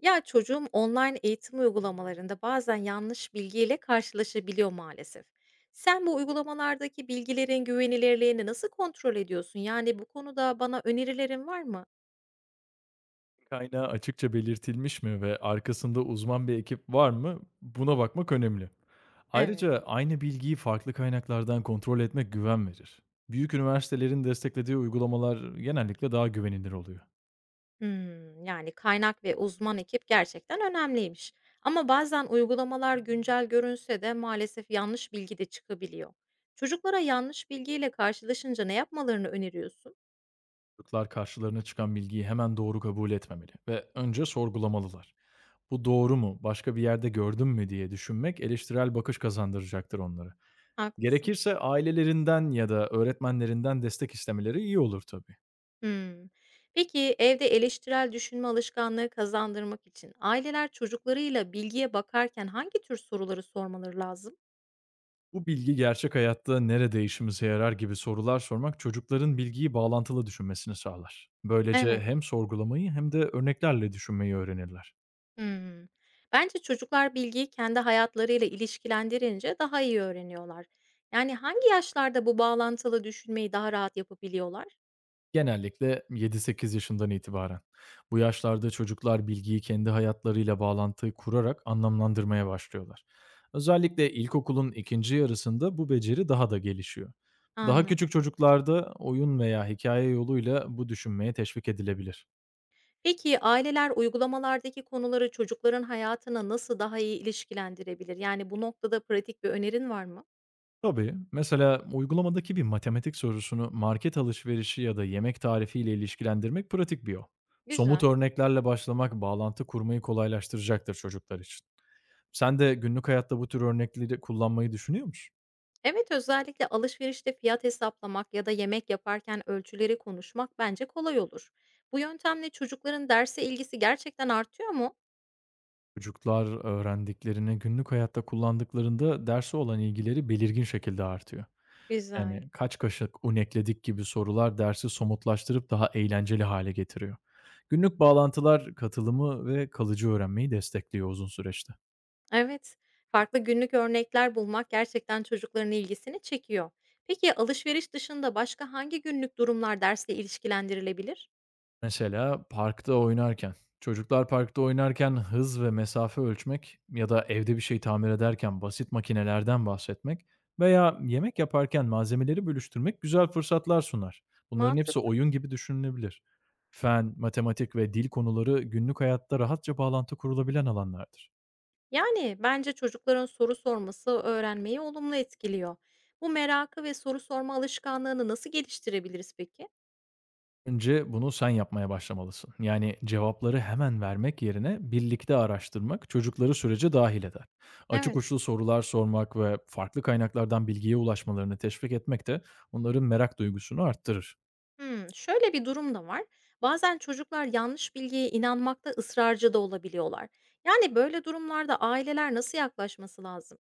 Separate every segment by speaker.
Speaker 1: Ya çocuğum online eğitim uygulamalarında bazen yanlış bilgiyle karşılaşabiliyor maalesef. Sen bu uygulamalardaki bilgilerin güvenilirliğini nasıl kontrol ediyorsun? Yani bu konuda bana önerilerin var mı?
Speaker 2: Kaynağı açıkça belirtilmiş mi ve arkasında uzman bir ekip var mı? Buna bakmak önemli.
Speaker 1: Evet.
Speaker 2: Ayrıca aynı bilgiyi farklı kaynaklardan kontrol etmek güven verir. Büyük üniversitelerin desteklediği uygulamalar genellikle daha güvenilir oluyor.
Speaker 1: Hmm, yani kaynak ve uzman ekip gerçekten önemliymiş. Ama bazen uygulamalar güncel görünse de maalesef yanlış bilgi de çıkabiliyor. Çocuklara yanlış bilgiyle karşılaşınca ne yapmalarını öneriyorsun?
Speaker 2: Çocuklar karşılarına çıkan bilgiyi hemen doğru kabul etmemeli ve önce sorgulamalılar. Bu doğru mu, başka bir yerde gördüm mü diye düşünmek eleştirel bakış kazandıracaktır onlara.
Speaker 1: Haklısın.
Speaker 2: Gerekirse ailelerinden ya da öğretmenlerinden destek istemeleri iyi olur tabii.
Speaker 1: Hımm. Peki, evde eleştirel düşünme alışkanlığı kazandırmak için aileler çocuklarıyla bilgiye bakarken hangi tür soruları sormaları lazım?
Speaker 2: Bu bilgi gerçek hayatta nerede işimize yarar gibi sorular sormak çocukların bilgiyi bağlantılı düşünmesini sağlar. Böylece
Speaker 1: Evet.
Speaker 2: hem sorgulamayı hem de örneklerle düşünmeyi öğrenirler.
Speaker 1: Hımm. Bence çocuklar bilgiyi kendi hayatlarıyla ilişkilendirince daha iyi öğreniyorlar. Yani hangi yaşlarda bu bağlantılı düşünmeyi daha rahat yapabiliyorlar?
Speaker 2: Genellikle 7-8 yaşından itibaren. Bu yaşlarda çocuklar bilgiyi kendi hayatlarıyla bağlantı kurarak anlamlandırmaya başlıyorlar. Özellikle ilkokulun ikinci yarısında bu beceri daha da gelişiyor. Daha
Speaker 1: Anladım.
Speaker 2: küçük çocuklarda oyun veya hikaye yoluyla bu düşünmeye teşvik edilebilir.
Speaker 1: Peki, aileler uygulamalardaki konuları çocukların hayatına nasıl daha iyi ilişkilendirebilir? Yani bu noktada pratik bir önerin var mı?
Speaker 2: Tabii. Mesela uygulamadaki bir matematik sorusunu market alışverişi ya da yemek tarifiyle ilişkilendirmek pratik bir yol. Somut
Speaker 1: Güzel.
Speaker 2: örneklerle başlamak bağlantı kurmayı kolaylaştıracaktır çocuklar için. Sen de günlük hayatta bu tür örnekleri kullanmayı düşünüyor musun?
Speaker 1: Evet, özellikle alışverişte fiyat hesaplamak ya da yemek yaparken ölçüleri konuşmak bence kolay olur. Bu yöntemle çocukların derse ilgisi gerçekten artıyor mu?
Speaker 2: Çocuklar öğrendiklerini günlük hayatta kullandıklarında derse olan ilgileri belirgin şekilde artıyor.
Speaker 1: Güzel.
Speaker 2: Yani kaç kaşık un ekledik gibi sorular dersi somutlaştırıp daha eğlenceli hale getiriyor. Günlük bağlantılar katılımı ve kalıcı öğrenmeyi destekliyor uzun süreçte.
Speaker 1: Evet, farklı günlük örnekler bulmak gerçekten çocukların ilgisini çekiyor. Peki alışveriş dışında başka hangi günlük durumlar dersle ilişkilendirilebilir?
Speaker 2: Mesela parkta oynarken. Çocuklar parkta oynarken hız ve mesafe ölçmek ya da evde bir şey tamir ederken basit makinelerden bahsetmek veya yemek yaparken malzemeleri bölüştürmek güzel fırsatlar sunar. Bunların hepsi
Speaker 1: Mantıklı.
Speaker 2: oyun gibi düşünülebilir. Fen, matematik ve dil konuları günlük hayatta rahatça bağlantı kurulabilen alanlardır.
Speaker 1: Yani bence çocukların soru sorması öğrenmeyi olumlu etkiliyor. Bu merakı ve soru sorma alışkanlığını nasıl geliştirebiliriz peki?
Speaker 2: Önce bunu sen yapmaya başlamalısın. Yani cevapları hemen vermek yerine birlikte araştırmak çocukları sürece dahil eder. Açık
Speaker 1: Evet.
Speaker 2: uçlu sorular sormak ve farklı kaynaklardan bilgiye ulaşmalarını teşvik etmek de onların merak duygusunu arttırır.
Speaker 1: Hımm, şöyle bir durum da var. Bazen çocuklar yanlış bilgiye inanmakta ısrarcı da olabiliyorlar. Yani böyle durumlarda aileler nasıl yaklaşması lazım?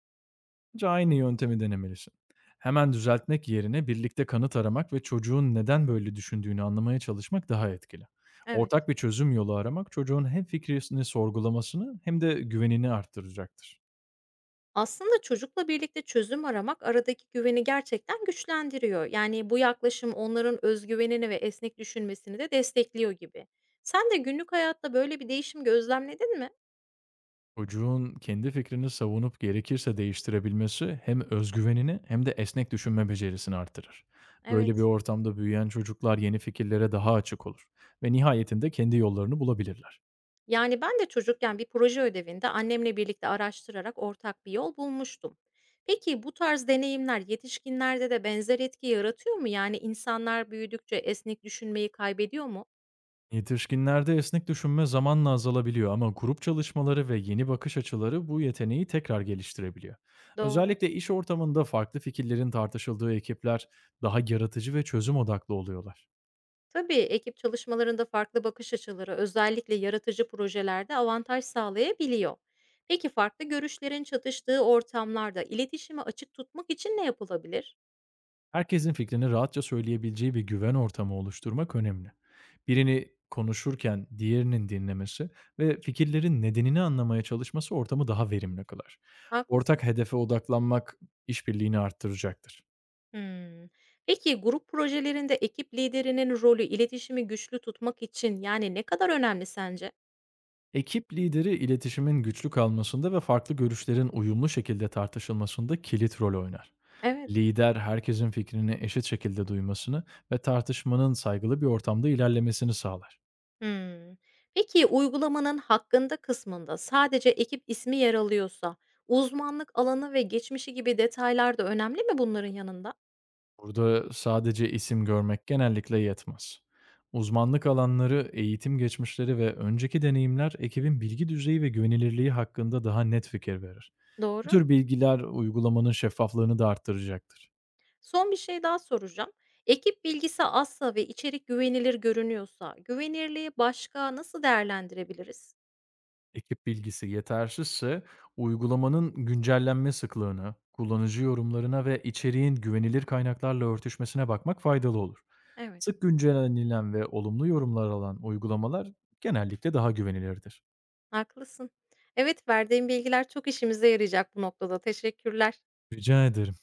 Speaker 2: Bence aynı yöntemi denemelisin. Hemen düzeltmek yerine birlikte kanıt aramak ve çocuğun neden böyle düşündüğünü anlamaya çalışmak daha etkili.
Speaker 1: Evet.
Speaker 2: Ortak bir çözüm yolu aramak çocuğun hem fikrini sorgulamasını hem de güvenini arttıracaktır.
Speaker 1: Aslında çocukla birlikte çözüm aramak aradaki güveni gerçekten güçlendiriyor. Yani bu yaklaşım onların özgüvenini ve esnek düşünmesini de destekliyor gibi. Sen de günlük hayatta böyle bir değişim gözlemledin mi?
Speaker 2: Çocuğun kendi fikrini savunup gerekirse değiştirebilmesi hem özgüvenini hem de esnek düşünme becerisini artırır. Böyle bir
Speaker 1: Evet.
Speaker 2: ortamda büyüyen çocuklar yeni fikirlere daha açık olur ve nihayetinde kendi yollarını bulabilirler.
Speaker 1: Yani ben de çocukken bir proje ödevinde annemle birlikte araştırarak ortak bir yol bulmuştum. Peki bu tarz deneyimler yetişkinlerde de benzer etki yaratıyor mu? Yani insanlar büyüdükçe esnek düşünmeyi kaybediyor mu?
Speaker 2: Yetişkinlerde esnek düşünme zamanla azalabiliyor ama grup çalışmaları ve yeni bakış açıları bu yeteneği tekrar geliştirebiliyor.
Speaker 1: Doğru.
Speaker 2: Özellikle iş ortamında farklı fikirlerin tartışıldığı ekipler daha yaratıcı ve çözüm odaklı oluyorlar.
Speaker 1: Tabii ekip çalışmalarında farklı bakış açıları özellikle yaratıcı projelerde avantaj sağlayabiliyor. Peki farklı görüşlerin çatıştığı ortamlarda iletişimi açık tutmak için ne yapılabilir?
Speaker 2: Herkesin fikrini rahatça söyleyebileceği bir güven ortamı oluşturmak önemli. Birini konuşurken diğerinin dinlemesi ve fikirlerin nedenini anlamaya çalışması ortamı daha verimli kılar.
Speaker 1: Haklısın.
Speaker 2: Ortak hedefe odaklanmak işbirliğini arttıracaktır.
Speaker 1: Hımm. Peki, grup projelerinde ekip liderinin rolü iletişimi güçlü tutmak için, ne kadar önemli sence?
Speaker 2: Ekip lideri iletişimin güçlü kalmasında ve farklı görüşlerin uyumlu şekilde tartışılmasında kilit rol oynar.
Speaker 1: Evet.
Speaker 2: Lider herkesin fikrini eşit şekilde duymasını ve tartışmanın saygılı bir ortamda ilerlemesini sağlar.
Speaker 1: Hımm. Peki, uygulamanın "Hakkında" kısmında sadece ekip ismi yer alıyorsa, uzmanlık alanı ve geçmişi gibi detaylar da önemli mi bunların yanında?
Speaker 2: Burada sadece isim görmek genellikle yetmez. Uzmanlık alanları, eğitim geçmişleri ve önceki deneyimler ekibin bilgi düzeyi ve güvenilirliği hakkında daha net fikir verir. Bu
Speaker 1: Doğru.
Speaker 2: tür bilgiler uygulamanın şeffaflığını da arttıracaktır.
Speaker 1: Son bir şey daha soracağım. Ekip bilgisi azsa ve içerik güvenilir görünüyorsa güvenirliği başka nasıl değerlendirebiliriz?
Speaker 2: Ekip bilgisi yetersizse uygulamanın güncellenme sıklığına, kullanıcı yorumlarına ve içeriğin güvenilir kaynaklarla örtüşmesine bakmak faydalı olur.
Speaker 1: Evet.
Speaker 2: Sık güncellenilen ve olumlu yorumlar alan uygulamalar genellikle daha güvenilirdir.
Speaker 1: Haklısın. Evet, verdiğin bilgiler çok işimize yarayacak bu noktada. Teşekkürler.
Speaker 2: Rica ederim.